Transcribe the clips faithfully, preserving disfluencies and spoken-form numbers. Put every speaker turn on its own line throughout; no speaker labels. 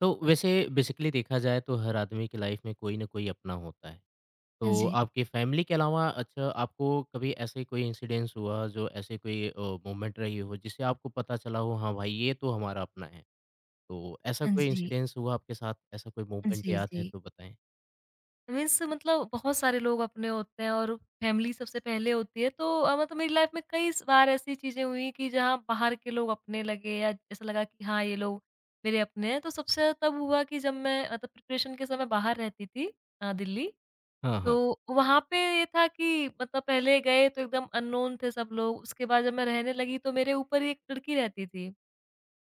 तो वैसे बेसिकली देखा जाए तो हर आदमी की लाइफ में कोई ना कोई अपना होता है।
हाँ
तो
जी,
आपकी फैमिली के अलावा अच्छा आपको कभी ऐसे कोई इंसिडेंस हुआ जो ऐसे कोई अ, मोमेंट रही हो जिससे आपको पता चला हो हाँ भाई ये तो हमारा अपना है। तो ऐसा
हाँ
कोई
जी।
इंसिडेंस हुआ आपके साथ? ऐसा कोई मोमेंट
जी,
याद है
जी।
तो बताएँ?
मीन्स मतलब बहुत सारे लोग अपने होते हैं और फैमिली सबसे पहले होती है, तो अ, मतलब मेरी लाइफ़ में कई स बार ऐसी चीज़ें हुई कि जहाँ बाहर के लोग अपने लगे या ऐसा लगा कि हाँ, ये लोग मेरे अपने हैं। तो सबसे ज़्यादा तब हुआ कि जब मैं मतलब प्रिपरेशन के समय बाहर रहती थी, अ, दिल्ली।
हाँ, हाँ।
तो वहाँ पे ये था कि मतलब पहले गए तो एकदम अननोन थे सब लोग, उसके बाद जब मैं रहने लगी तो मेरे ऊपर ही एक लड़की रहती थी।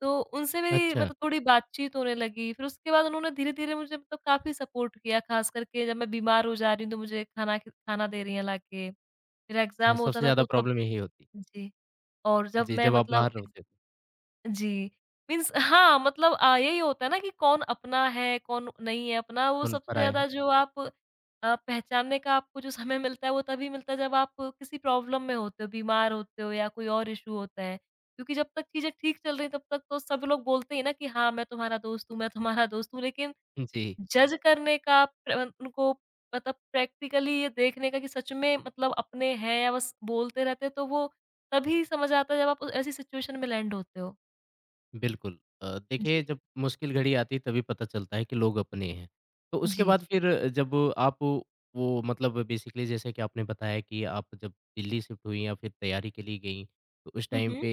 तो उनसे मेरी
अच्छा।
मतलब थोड़ी बातचीत होने लगी, फिर उसके बाद उन्होंने धीरे-धीरे मुझे मतलब काफ़ी सपोर्ट किया, ख़ास करके जब मैं बीमार हो जा रही हूँ, तो मुझे खाना ख खाना दे रही हैं लाके। मेरा
हाँ,
एग्ज़ाम होता
सबसे
था
ज़्यादा
तो तब
प्रॉब्लम यही होती है।
जी, और जब
जी,
मैं
जब आप
मतलब
बाहर होते हो।
जी। मीन्स हाँ, मतलब अ, यही होता है ना कि कौन अपना है, कौन नहीं है अपना, वो
उन पर
सबसे
आया है।
ज़्यादा जो आप अ, पहचानने का आपको जो समय मिलता है, वो तभी मिलता है जब आप किसी प्रॉब्लम में होते हो, बीमार होते हो या कोई और इश्यू होता है। क्योंकि जब तक चीज़ें ठीक चल रही हैं, तब तक तो सब लोग बोलते ही हैं ना कि हाँ, मैं तुम्हारा दोस्त हूँ, मैं तुम्हारा दोस्त हूँ। लेकिन
जी।
जज करने का प्र उनको मतलब प्रैक्टिकली ये देखने का कि सच में मतलब अपने हैं या बस बोलते रहते हैं, तो वो तभी समझ आता है जब आप उस- ऐसी सिचुएशन में लैंड होते हो।
बिल्कुल। अ, देखिए
जी।
जब मुश्किल घड़ी आती है तभी पता चलता है कि लोग अपने हैं। तो उसके
जी,
बाद
जी।
फिर जब आप वो मतलब बेसिकली जैसे कि आपने बताया कि आप जब दिल्ली शिफ्ट हुई या फिर तैयारी के लिए गईं, तो उस
हुँ,
टाइम
हुँ।
पे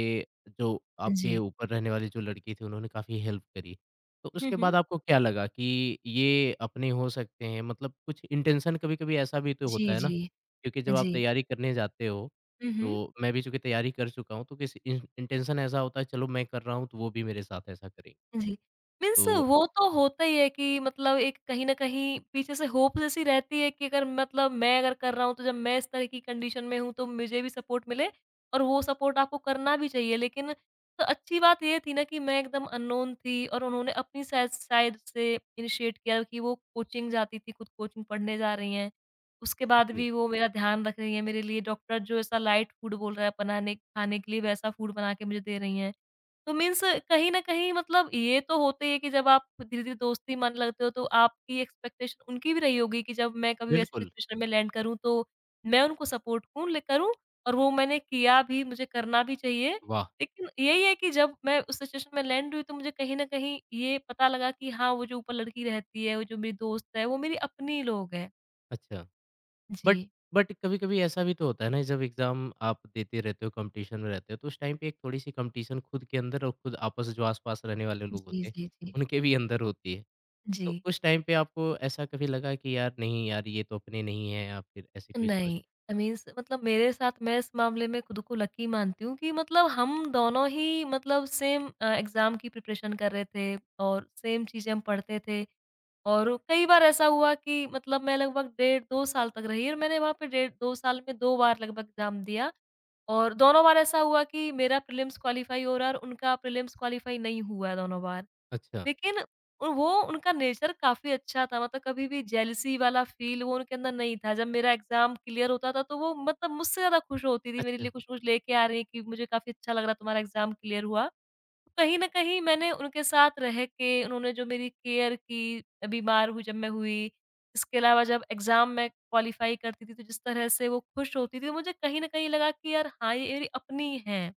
जो आपके
जी।
ऊपर रहने वाली जो लड़की थी उन्होंने काफ़ी हेल्प करी। तो
हुँ,
उसके
हुँ।
बाद आपको क्या लगा कि ये अपने हो सकते हैं? मतलब कुछ इंटेंशन कभी-कभी ऐसा भी तो होता
जी,
है ना?
जी।
क्योंकि जब आप
जी।
तैयारी करने जाते हो
हुँ, हुँ।
तो मैं भी चूँकि तैयारी कर चुका हूँ, तो किसी इन इंटेंशन ऐसा होता है चलो मैं कर रहा हूँ, तो वो भी मेरे साथ ऐसा करेंगे।
जी। मीन्स
तो
वो तो होता ही है कि मतलब एक कहीं न कहीं पीछे से होप जैसी रहती है कि अगर मतलब मैं अगर कर रहा हूँ तो जब मैं इस तरह की कंडीशन में हूँ तो मुझे भी सपोर्ट मिले और वो सपोर्ट आपको करना भी चाहिए। लेकिन तो अच्छी बात ये थी ना कि मैं एकदम अननोन थी और उन्होंने अपनी साइड साइड से इनिशिएट किया कि वो कोचिंग जाती थी, खुद कोचिंग पढ़ने जा रही हैं। उसके बाद
जी,
भी वो मेरा ध्यान रख रही हैं, मेरे लिए डॉक्टर जो ऐसा लाइट फूड बोल रहा है बनाने खाने के लिए, वैसा फूड बना के मुझे दे रही हैं। तो मीन्स कहीं न कहीं मतलब ये तो होते ही है कि जब आप धीरे-धीरे दोस्ती मानने लगते हो तो आपकी एक्सपेक्टेशन उनकी भी रही होगी कि जब मैं कभी वैसी
बिल्कुल,
सिचुएशन में लैंड करूँ तो मैं उनको सपोर्ट कूँ ले करूँ, और वो मैंने किया भी, मुझे करना भी चाहिए।
वाह!
लेकिन यही है कि जब मैं उस सिचुएशन में लैंड हुई तो मुझे कहीं न कहीं ये पता लगा कि हाँ, वो जो ऊपर लड़की रहती है, वो जो मेरी दोस्त है, वो मेरी अपनी लोग हैं।
अच्छा।
जी।
बट बट कभी-कभी ऐसा भी तो होता है ना, जब एग्ज़ाम आप देते रहते हो, कॉम्पिटिशन में रहते हो, तो उस टाइम पे एक थोड़ी-सी कॉम्पिटिशन खुद के अंदर और खुद आपस जो आस-पास रहने वाले लोग
जी,
होते हैं,
जी, जी।
उनके भी अंदर होती है।
जी।
तो उस टाइम पे आपको ऐसा कभी लगा कि यार नहीं यार, ये तो अपने नहीं है या फिर ऐसी कोई
नहीं,
समस्या?
मीन्स मतलब मेरे साथ, मैं इस मामले में खुद को लकी मानती हूँ कि मतलब हम दोनों ही मतलब सेम अ, एग्ज़ाम की प्रिपरेशन कर रहे थे और सेम चीज़ें हम पढ़ते थे। और कई बार ऐसा हुआ कि मतलब मैं लगभग डेढ़ दो साल तक रही और मैंने वहाँ पे डेढ़ दो साल में दो बार लगभग एग्ज़ाम दिया, और दोनों बार ऐसा हुआ कि मेरा प्रीलिम्स क्वालीफाई हो रहा है और उनका प्रीलिम्स क्वालीफाई नहीं हुआ है दोनों बार।
अच्छा,
लेकिन उ वो उनका नेचर काफ़ी अच्छा था, मतलब कभी भी जेलसी वाला फ़ील वो उनके अंदर नहीं था। जब मेरा एग्ज़ाम क्लियर होता था, तो वो मतलब मुझसे ज़्यादा खुश होती थी, मेरे
अच्छा,
लिए कुछ-कुछ लेके आ रही हैं कि मुझे काफ़ी अच्छा लग रहा है, तुम्हारा एग्ज़ाम क्लियर हुआ। कहीं न कहीं मैंने उनके साथ रह के, उन्होंने जो मेरी केयर की, बीमार हुई जब मैं हुई, इसके अलावा जब एग्ज़ाम में क्वालीफ़ाई करती थी, तो जिस तरह से वो खुश होती थी, मुझे कहीं न कहीं लगा कि यार हाँ, ये मेरी अपनी हैं।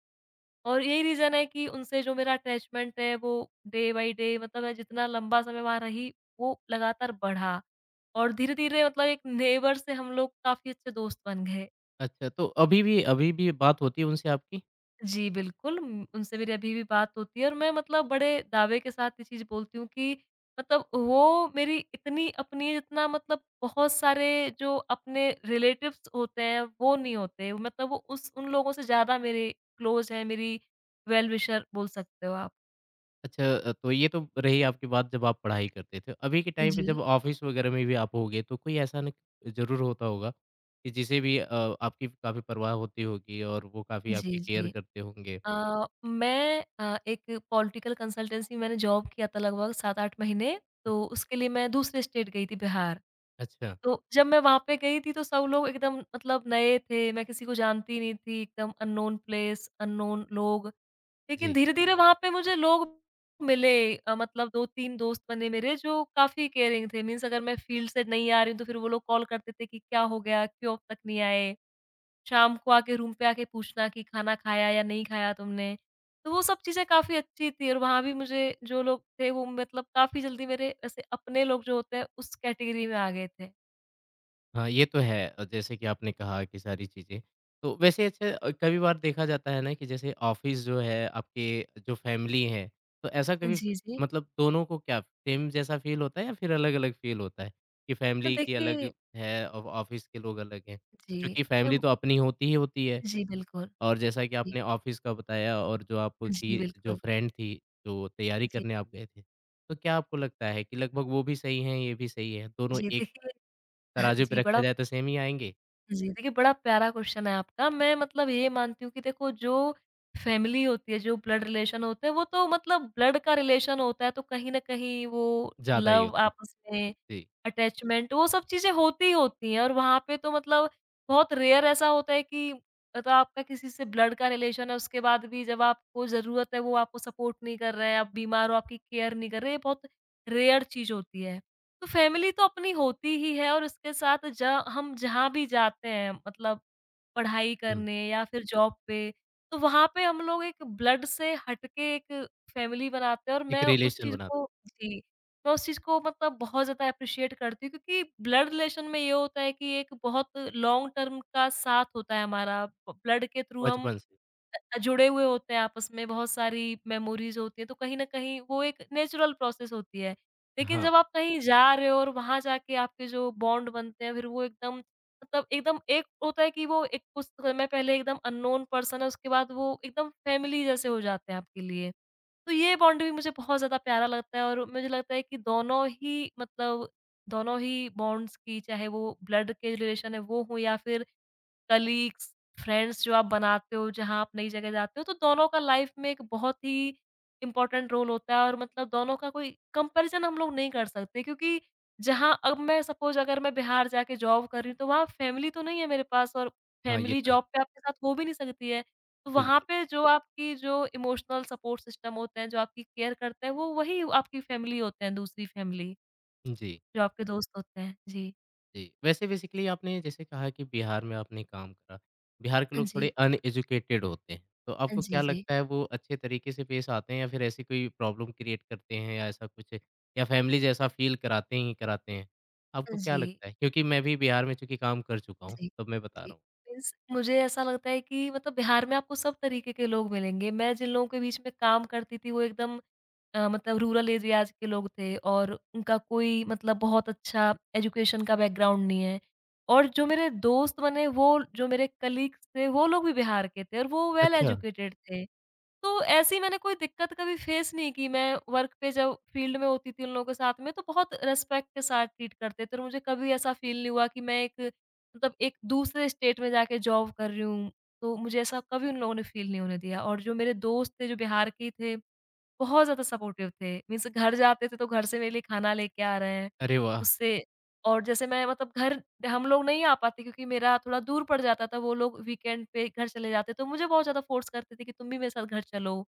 और यही रीज़न है कि उनसे जो मेरा अटैचमेंट है, वो डे बाय डे मतलब मैं जितना लंबा समय वहाँ रही वो लगातार बढ़ा, और धीरे-धीरे मतलब एक नेबर से हम लोग काफ़ी अच्छे दोस्त बन गए।
अच्छा। तो अभी भी अभी भी बात होती है उनसे आपकी?
जी, बिल्कुल। उम, उनसे मेरी अभी भी बात होती है और मैं मतलब बड़े दावे के साथ ये चीज़ बोलती हूँ कि मतलब वो मेरी इतनी अपनी है जितना मतलब बहुत सारे जो अपने रिलेटिव्स होते हैं वो नहीं होते। मतलब वो उस उन लोगों से ज़्यादा मेरे क्लोज़ हैं, मेरी वेल विशर बोल सकते हो आप।
अच्छा अ, तो ये तो रही आपकी बात जब आप पढ़ाई करते थे। अभी के टाइम पे जब
जी।
ऑफ़िस वग़ैरह में भी आप होगे तो कोई ऐसा न ज़रूर होता होगा कि जिसे भी अ, आपकी काफ़ी परवाह होती होगी और वो काफ़ी आपकी
जी,
केयर
जी।
करते होंगे।
अ, मैं अ, एक पॉलिटिकल कंसल्टेंसी मैंने जॉब किया था लगभग सात आठ महीने, तो उसके लिए मैं दूसरे स्टेट गई थी, बिहार।
अच्छा,
तो जब मैं वहाँ पे गई थी तो सब लोग एकदम मतलब नए थे, मैं किसी को जानती नहीं थी, एकदम अननोन प्लेस, अननोन लोग। लेकिन
जी।
धीरे-धीरे वहाँ पे मुझे लोग मिले, अ, मतलब दो तीन दोस्त बने मेरे जो काफ़ी केयरिंग थे। मीन्स अगर मैं फील्ड से नहीं आ रही हूँ तो फिर वो लोग कॉल करते थे कि, "क्या हो गया? क्यों अब तक नहीं आए?" शाम को आके रूम पे आके पूछना कि खाना खाया या नहीं खाया तुमने? तो वो सब चीज़ें काफ़ी अच्छी थी और वहाँ भी मुझे जो लोग थे वो मतलब काफ़ी जल्दी मेरे ऐसे अपने लोग जो होते हैं उस कैटेगरी में आ गए थे।
हाँ, ये तो है अ, जैसे कि आपने कहा कि सारी चीज़ें। तो वैसे अच्छा अ, कभी बार देखा जाता है ना कि जैसे ऑफ़िस जो है, आपके जो फ़ैमिली है, तो ऐसा कभी फ
जी, जी।
मतलब दोनों को क्या सेम जैसा फ़ील होता है या फिर अलग-अलग फ़ील होता है? कि
तो
फ़ैमिली की अलग
देखिए
है और ऑफ़िस के लोग अलग हैं।
जी,
क्योंकि फ़ैमिली
तब
तो अपनी होती ही होती है
जी बिल्कुल।
और जैसा कि
जी,
आपने ऑफ़िस का बताया और जो
जी
आपकी जो
बिल्कुल।
फ्रेंड थी, जो तैयारी
जी,
करने आप गए थे। तो क्या आपको लगता है कि लगभग वो भी सही हैं, ये भी सही है? दोनों
जी
एक
देखिए
तराजू पे
जी,
रखा
बड़ा
जाए तो सेम ही आएँगे?
जी, देखिए बड़ा प्यारा क्वेश्चन है आपका। मैं मतलब ये मानती हूँ कि देखो जो फैमिली होती है, जो ब्लड रिलेशन होते हैं, वो तो मतलब ब्लड का रिलेशन होता है तो कहीं न कहीं वो
ज़्यादा ही
लव
होता है।
आपस में,
जी,
अटैचमेंट वो सब चीज़ें होती ही होती हैं, और वहाँ पे तो मतलब बहुत रेयर ऐसा होता है कि मतलब आपका किसी से ब्लड का रिलेशन है, उसके बाद भी जब आपको ज़रूरत है वो आपको सपोर्ट नहीं कर रहे हैं, आप बीमार हो, आपकी केयर नहीं कर रहे, ये बहुत रेयर चीज़ होती है। तो फैमिली तो अपनी होती ही है और उसके साथ ज हम जहाँ भी जाते हैं, मतलब पढ़ाई
हुँ,
करने या फिर जॉब पे, तो वहाँ पे हम लोग एक ब्लड से हटके एक फैमिली बनाते हैं, और
एक
मैं उस
रिलेशन
चीज़
बना
को जी, मैं उस चीज़ को मतलब बहुत ज़्यादा एप्रिशिएट करती हूँ क्योंकि ब्लड रिलेशन में ये होता है कि एक बहुत लॉन्ग टर्म का साथ होता है हमारा, ब्लड के थ्रू हम
बचपन से।
अ, जुड़े हुए होते हैं आपस में, बहुत सारी मेमोरीज़ होती हैं, तो कहीं न कहीं वो एक नेचुरल प्रोसेस होती है। लेकिन
हाँ,
जब आप कहीं जा रहे हो और वहाँ जाके आपके जो बॉन्ड बनते हैं, फिर वो एकदम मतलब एकदम एक होता है कि वो एक कुछ समय पहले एकदम अननोन पर्सन है, उसके बाद वो एकदम फैमिली जैसे हो जाते हैं आपके लिए। तो ये बॉन्ड भी मुझे बहुत ज़्यादा प्यारा लगता है और मुझे लगता है कि दोनों ही मतलब दोनों ही बॉन्ड्स की, चाहे वो ब्लड के रिलेशन है वो हो या फिर कलीग्स, फ्रेंड्स जो आप बनाते हो, जहाँ आप नई जगह जाते हो, तो दोनों का लाइफ में एक बहुत ही इम्पोर्टेंट रोल होता है, और मतलब दोनों का कोई कंपैरिज़न हम लोग नहीं कर सकते क्योंकि जहाँ अब मैं सपोज़ अगर मैं बिहार जाके जॉब कर रही हूँ, तो वहाँ फैमिली तो नहीं है मेरे पास, और
हाँ, ये
फैमिली
तो है,
जॉब पे आपके साथ हो भी नहीं सकती है। तो वहाँ
बिल्कुल।
पे जो आपकी जो इमोशनल सपोर्ट सिस्टम होते हैं, जो आपकी केयर करते हैं, वो वही आपकी फैमिली होते हैं, दूसरी फैमिली,
जी,
जो आपके दोस्त होते हैं। जी।
जी। वैसे बेसिकली आपने जैसे कहा कि बिहार में आपने काम करा, बिहार के
हाँ
लोग थोड़े
जी।
अनएजुकेटेड होते हैं, तो
हाँ
आपको
जी,
क्या
जी।
लगता है वो अच्छे तरीके से पेश आते हैं या फिर ऐसी कोई प्रॉब्लम क्रिएट करते हैं या ऐसा कुछ या फैमिली जैसा फ़ील कराते ही कराते हैं? आपको
हाँ
क्या
जी।
लगता है? क्योंकि मैं भी बिहार में चूँकि काम कर चुका हूँ,
जी,
तब मैं बता रहा
जी।
हूँ।
मीन्स मुझे ऐसा लगता है कि मतलब बिहार में आपको सब तरीके के लोग मिलेंगे। मैं जिन लोगों के बीच में काम करती थी वो एकदम अ, मतलब रूरल एरियाज़ के लोग थे और उनका कोई मतलब बहुत अच्छा एजुकेशन का बैकग्राउंड नहीं है। और जो मेरे दोस्त बने, वो जो मेरे कलीग्स थे वो लोग भी बिहार के थे और वो वेल
अच्छा,
एजुकेटेड थे। तो ऐसी मैंने कोई दिक्कत कभी फेस नहीं की। मैं वर्क पे जब फ़ील्ड में होती थी उन लोगों के साथ में, तो बहुत रिस्पेक्ट के साथ ट्रीट करते थे और मुझे कभी ऐसा फ़ील नहीं हुआ कि मैं एक मतलब एक दूसरे स्टेट में जाके जॉब कर रही हूँ। तो मुझे ऐसा कभी उन लोगों ने फ़ील नहीं होने दिया, और जो मेरे दोस्त थे जो बिहार के ही थे बहुत ज़्यादा सपोर्टिव थे। मीन्स घर जाते थे तो घर से मेरे लिए खाना लेके आ रहे हैं।
अरे वाह!
उससे और जैसे मैं मतलब घर हम लोग नहीं आ पाते क्योंकि मेरा थोड़ा दूर पड़ जाता था। वो लोग वीकेंड पे घर चले जाते तो मुझे बहुत ज़्यादा फ़ोर्स करते थे कि तुम भी मेरे साथ घर चलो।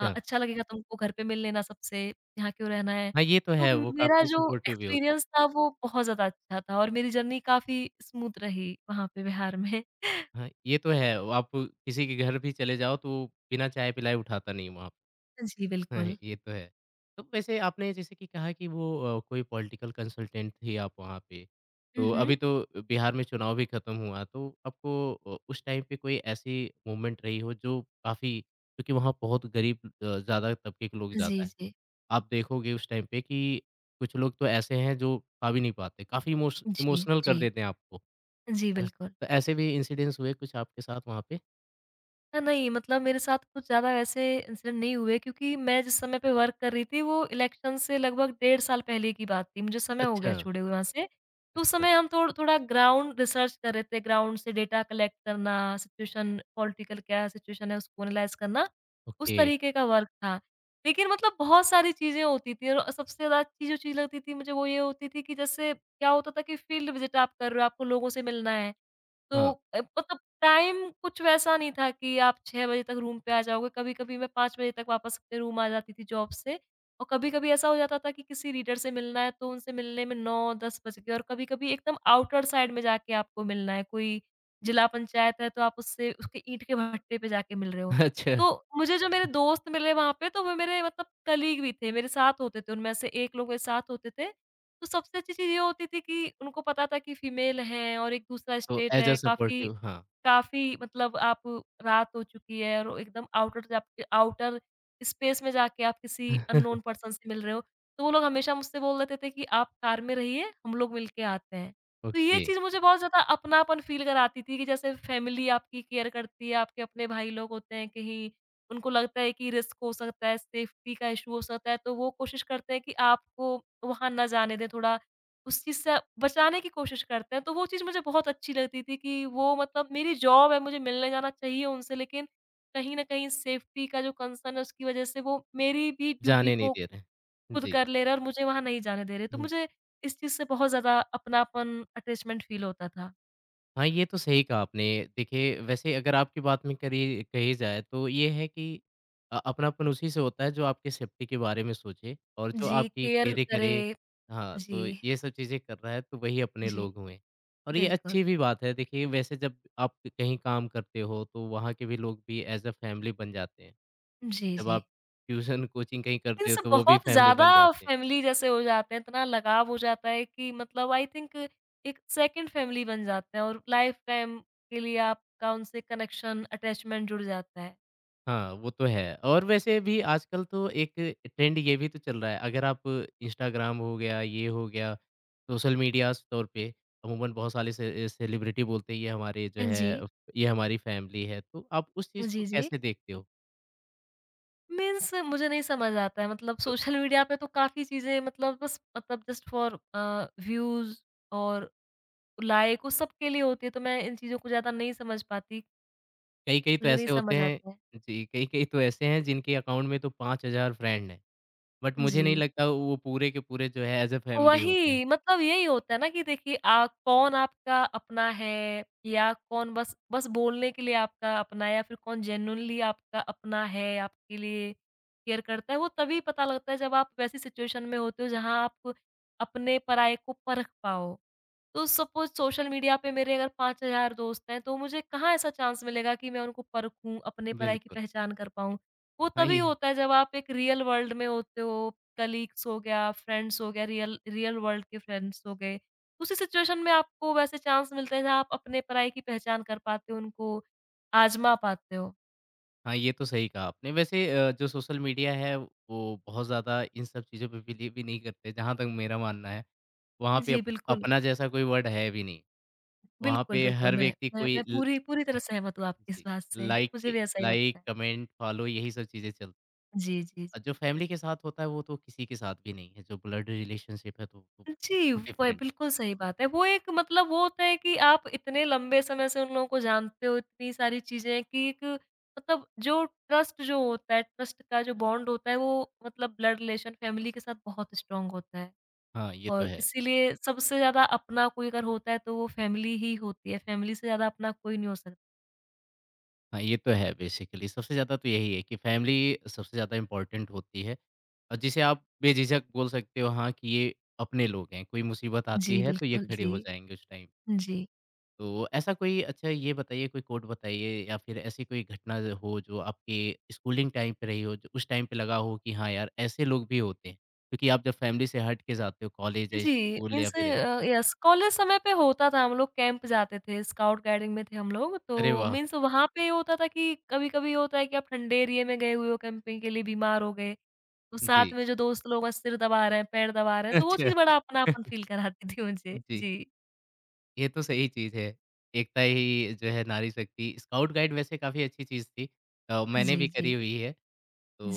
अ, अच्छा लगेगा तुमको घर पे मिल लेना सबसे, यहाँ क्यों रहना है?
हाँ, ये तो
तो
है, वो
मेरा
काफ़ी
जो
सपोर्टिव भी होते हैं।
एक्सपीरियंस था वो बहुत ज़्यादा अच्छा था और मेरी जर्नी काफ़ी स्मूथ रही वहाँ पे बिहार में।
हाँ, ये तो है। आप किसी के घर भी चले जाओ तो बिना चाय पिलाए उठाता नहीं वहाँ पे।
जी,
हाँ,
बिल्कुल।
ये तो है। तो वैसे आपने जैसे कि कहा कि वो अ, कोई पॉलिटिकल कंसल्टेंट थे आप वहाँ पे।
हुँ,
तो
हुँ।
अभी तो बिहार में चुनाव भी खत्म हुआ तो आपको अ, उस टाइम पे कोई ऐसी मूवमेंट रही हो जो काफ़ी क्योंकि वहाँ बहुत गरीब अ, ज़्यादा तबके के लोग
जी,
ज़्यादा हैं।
जी।
आप देखोगे उस टाइम पे कि कुछ लोग तो ऐसे हैं जो खा भी नहीं पाते। काफ़ी इमोश
जी,
इमोशनल कर
जी।
देते हैं आपको,
जी,
है ना?
बिल्कुल।
तो ऐसे भी इंसिडेंट्स हुए कुछ आपके साथ वहाँ पे?
अ, नहीं, मतलब मेरे साथ कुछ ज़्यादा ऐसे इंसिडेंट नहीं हुए क्योंकि मैं जिस समय पे वर्क कर रही थी वो इलेक्शन से लगभग डेढ़ साल पहले की बात थी, मुझे समय हो
अच्छा,
गया छोड़े हुए वहाँ से। तो उस
अच्छा,
समय हम थोड़ थोड़ा ग्राउंड रिसर्च कर रहे थे, ग्राउंड से डेटा कलेक्ट करना, सिचुएशन पॉलिटिकल क्या सिचुएशन है उसको एनालाइज़ करना, उस
ओके,
तरीके का वर्क था। लेकिन मतलब बहुत सारी चीज़ें होती थी और सबसे ज़्यादा अच्छी जो चीज़ लगती थी मुझे वो ये होती थी कि जैसे क्या होता था कि फील्ड विज़िट आप कर रहे हो, आपको लोगों से मिलना है। तो
हाँ,
अ, मतलब टाइम कुछ वैसा नहीं था कि आप छह बजे तक रूम पे आ जाओगे, कभी-कभी मैं पाँच बजे तक वापस अपने रूम आ जाती थी जॉब से और कभी-कभी ऐसा हो जाता था कि किसी रीडर से मिलना है तो उनसे मिलने में नौ दस बज गए और कभी-कभी एकदम आउटर साइड में जाके आपको मिलना है, कोई जिला पंचायत है तो आप उससे उसके ईंट के भट्टे पे जाके मिल रहे हो।
अच्छा,
तो मुझे जो मेरे दोस्त मिले वहाँ पे तो वो मेरे मतलब कलीग भी थे, मेरे साथ होते थे, उनमें से एक लोग मेरे साथ होते थे। तो सबसे अच्छी चीज़ ये होती थी कि उनको पता था कि फीमेल हैं और एक दूसरा
तो
स्टेट
एज़ अ
है, काफ़ी
सपोर्टिव हाँ,
काफ़ी मतलब आप रात हो चुकी है और एकदम आउटर जा आउटर स्पेस में जाके आप किसी अननोन पर्सन से मिल रहे हो, तो वो लोग हमेशा मुझसे बोल देते थे कि आप कार में रहिए, हम लोग मिलके आते हैं। तो ये
ओके,
चीज़ मुझे बहुत ज़्यादा अपनापन फ़ील कराती थी कि जैसे फैमिली आपकी केयर करती है, आपके अपने भाई लोग होते हैं, कहीं उनको लगता है कि रिस्क हो सकता है, सेफ्टी का इश्यू हो सकता है, तो वो कोशिश करते हैं कि आपको वहाँ ना जाने दें, थोड़ा उस चीज़ से बचाने की कोशिश करते हैं, तो वो चीज़ मुझे बहुत अच्छी लगती थी कि वो मतलब मेरी जॉब है, मुझे मिलने जाना चाहिए उनसे लेकिन कहीं न कहीं सेफ्टी का जो कंसर्न है उसकी वज़ह से वो मेरी भी ड्यूटी
जाने नहीं
को
दे रहे हैं।
खुद
जी,
कर ले रहे हैं और मुझे वहाँ नहीं जाने दे रहे। तो
हुँ,
मुझे इस चीज़ से बहुत ज़्यादा अपनापन, अटैचमेंट फ़ील होता था।
हाँ, ये तो सही कहा आपने। देखिए, वैसे अगर आपकी बात में करी कही जाए, तो ये है कि अ, अपनापन उसी से होता है, जो आपकी सेफ्टी के बारे में सोचे और जो
जी,
आपकी
केयर
केयर करे।
करे।
हाँ,
जी,
तो ये सब चीज़ें कर रहा है, तो वही अपने
जी,
लोग हुए और ये
बिल्कुल।
अच्छी भी बात है। देखिए, वैसे जब आप कहीं काम करते हो, तो वहाँ के भी लोग भी एज़ अ फैमिली बन जाते हैं।
जी,
जब
जी।
आप ट्यूशन, कोचिंग कहीं करते हो
इनसे
तो वो भी
बहुत
फैमिली
ज़्यादा
बन जाते हैं।
फैमिली जैसे हो जाते हैं, इतना लगाव हो जाता है कि मतलब आई थिंक एक सेकंड फैमिली बन जाते हैं और लाइफ टाइम के लिए आपका उनसे कनेक्शन, अटैचमेंट जुड़ जाता है।
हाँ, वो तो है और वैसे भी आजकल तो एक ट्रेंड ये भी तो चल रहा है, अगर आप इंस्टाग्राम हो गया, ये हो गया, सोशल मीडियाज़ तौर पे अमूमन बहुत सारे से सेलिब्रिटी बोलते हैं ये हमारे जो
हाँ
है
जी।
ये हमारी फैमिली है, तो आप उस चीज़ को
जी, जी।
कैसे देखते हो?
मीन्स मुझे नहीं समझ आता है मतलब
तो
सोशल मीडिया पे तो काफ़ी चीज़ें मतलब बस मतलब जस्ट फॉर अ, व्यूज़ और लाइक वो सब के लिए होती है, तो मैं इन चीज़ों को ज़्यादा नहीं समझ पाती,
कई-कई तो
मुझे नहीं
ऐसे होते
समझ
हैं
आता है।
जी, कई-कई तो ऐसे हैं जिनके अकाउंट में तो पाँच हज़ार फ्रेंड हैं, बट मुझे
जी।
नहीं लगता वो पूरे के पूरे जो है एज़ अ फैमिली होते हैं।
वही, मतलब यही होता है ना कि देखिए आ कौन आपका अपना है या कौन बस बस बोलने के लिए आपका अपना है या फिर कौन जेन्युइनली आपका अपना है, आपके लिए केयर करता है, वो तभी पता लगता है जब आप वैसी सिचुएशन में होते हो जहाँ आप अपने पराये को परख पाओ। तो सपोज़ सोशल मीडिया पे मेरे अगर पाँच हज़ार दोस्त हैं, तो मुझे कहाँ ऐसा चांस मिलेगा कि मैं उनको परखूँ, अपने-पराई की
बिल्कुल।
पहचान कर पाऊँ। वो
हाँ,
तभी
ये
होता है जब आप एक रियल वर्ल्ड में होते हो, कलीग्स हो गया, फ्रेंड्स हो गया, रियल रियल वर्ल्ड के फ्रेंड्स हो गए। उसी सिचुएशन में आपको वैसे चांस मिलते हैं जहाँ आप अपने-पराई की पहचान कर पाते हो, उनको आज़मा पाते हो।
हाँ, ये तो सही कहा आपने। वैसे अ, जो सोशल मीडिया है वो बहुत ज़्यादा इन सब चीज़ों पे बिलीव भी नहीं करते जहाँ तक मेरा मानना है। वहाँ पे
जी,
अप
बिल्कुल।
अपना जैसा कोई वर्ड है भी नहीं। वहाँ
बिल्कुल,
पे
बिल्कुल
हर
मैं
व्यक्ति
मैं
कोई
मैं
ल
पूरी पूरी तरह सहमत हूँ आपकी इस
जी,
बात से।
लाइक
मुझे
के
भी ऐसा ही लगता
लाइक,
है।
कमेंट, फॉलो यही सब चीज़ें चल
जी, जी, जी।
अ, जो फैमिली के साथ होता है वो तो किसी के साथ भी नहीं है। जो ब्लड रिलेशनशिप है तो तो
जी,
वो
वो है,
डिफरेंट है।
बिल्कुल सही बात है। वो एक मतलब वो होता है कि आप इतने लंबे समय से उन लोगों को जानते हो, इतनी सारी चीज़ें कि एक मतलब जो ट्रस्ट जो होता है, ट्रस्ट का जो बॉन्ड होता है वो मतलब ब्लड रिलेशन फैमिली के साथ बहुत स्ट्रॉन्ग होता है।
हाँ, ये तो
और
है।
इसीलिए सबसे ज़्यादा अपना कोई अगर होता है तो वो फैमिली ही होती है, फैमिली से ज़्यादा अपना कोई नहीं हो सकता।
हाँ, ये तो है बेसिकली सबसे ज़्यादा तो यही है कि फैमिली सबसे ज़्यादा इम्पोर्टेंट होती है और जिसे आप बेझिझक बोल सकते हो हाँ कि ये अपने लोग हैं, कोई मुसीबत
जी,
आती है तो ये
बिल्कुल।
खड़े
जी।
हो जाएँगे उस टाइम।
जी।
तो ऐसा कोई अच्छा ये बताइए कोई कोट बताइए या फिर ऐसी कोई घटना जो हो जो आपके स्कूलिंग टाइम पे रही हो, जो उस टाइम पे लगा हो कि हाँ यार ऐसे लोग भी होते हैं। क्योंकि आप जब फैमिली से हट के जाते हो कॉलेज या
जी,
स्कूल या
मीन्स
फिर ऐसे-
अ, यस कॉलेज समय पे होता था हम लोग कैंप जाते थे, स्काउट गाइडिंग में थे हम लोग,
अरे
तो
वाह!
मीन्स वहाँ पे ये होता था कि कभी-कभी होता है कि आप ठंडे एरिया में गए हुए हो कैंपिंग के लिए, बीमार हो गए, तो साथ
जी।
में जो दोस्त लोग हैं सिर दबा रहे हैं, पैर दबा रहे हैं, तो वो
अच्छा।
चीज़ बड़ा अपनापन फ़ील कराती थी मुझे।
जी।
जी।
ये तो सही चीज़ है। एकता ही जो है नारी शक्ति स्काउट गाइड वैसे काफ़ी अच्छी चीज़ थी। अ, मैंने
जी,
भी करी
जी।
हुई है।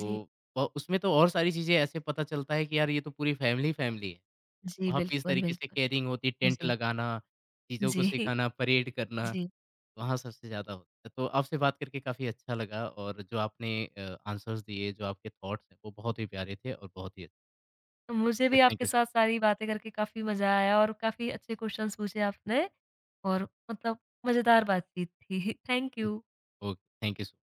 जी।
अ, उसमें तो और सारी चीज़ें ऐसे पता चलता है कि यार ये तो पूरी फैमिली फैमिली है।
जी,
वहाँ पे इस
बिल्कुल,
तरीके से
बिल्कुल।
केयरिंग होती है, टेंट
जी।
लगाना, चीज़ों को
जी।
सिखाना, परेड करना,
जी।
वहाँ सबसे ज़्यादा होता है। तो आपसे बात करके काफ़ी अच्छा लगा और जो आपने अ, आंसर्स दिए, जो आपके थॉट्स हैं वो बहुत ही प्यारे थे और बहुत ही अच्छे
मुझे
थे।
भी
थैंक
आपके
यू सो
साथ सारी बातें करके काफ़ी मज़ा आया और काफ़ी अच्छे क्वेश्चंस पूछे आपने और मतलब मज़ेदार बातचीत थी। Thank you.
Okay, thank you so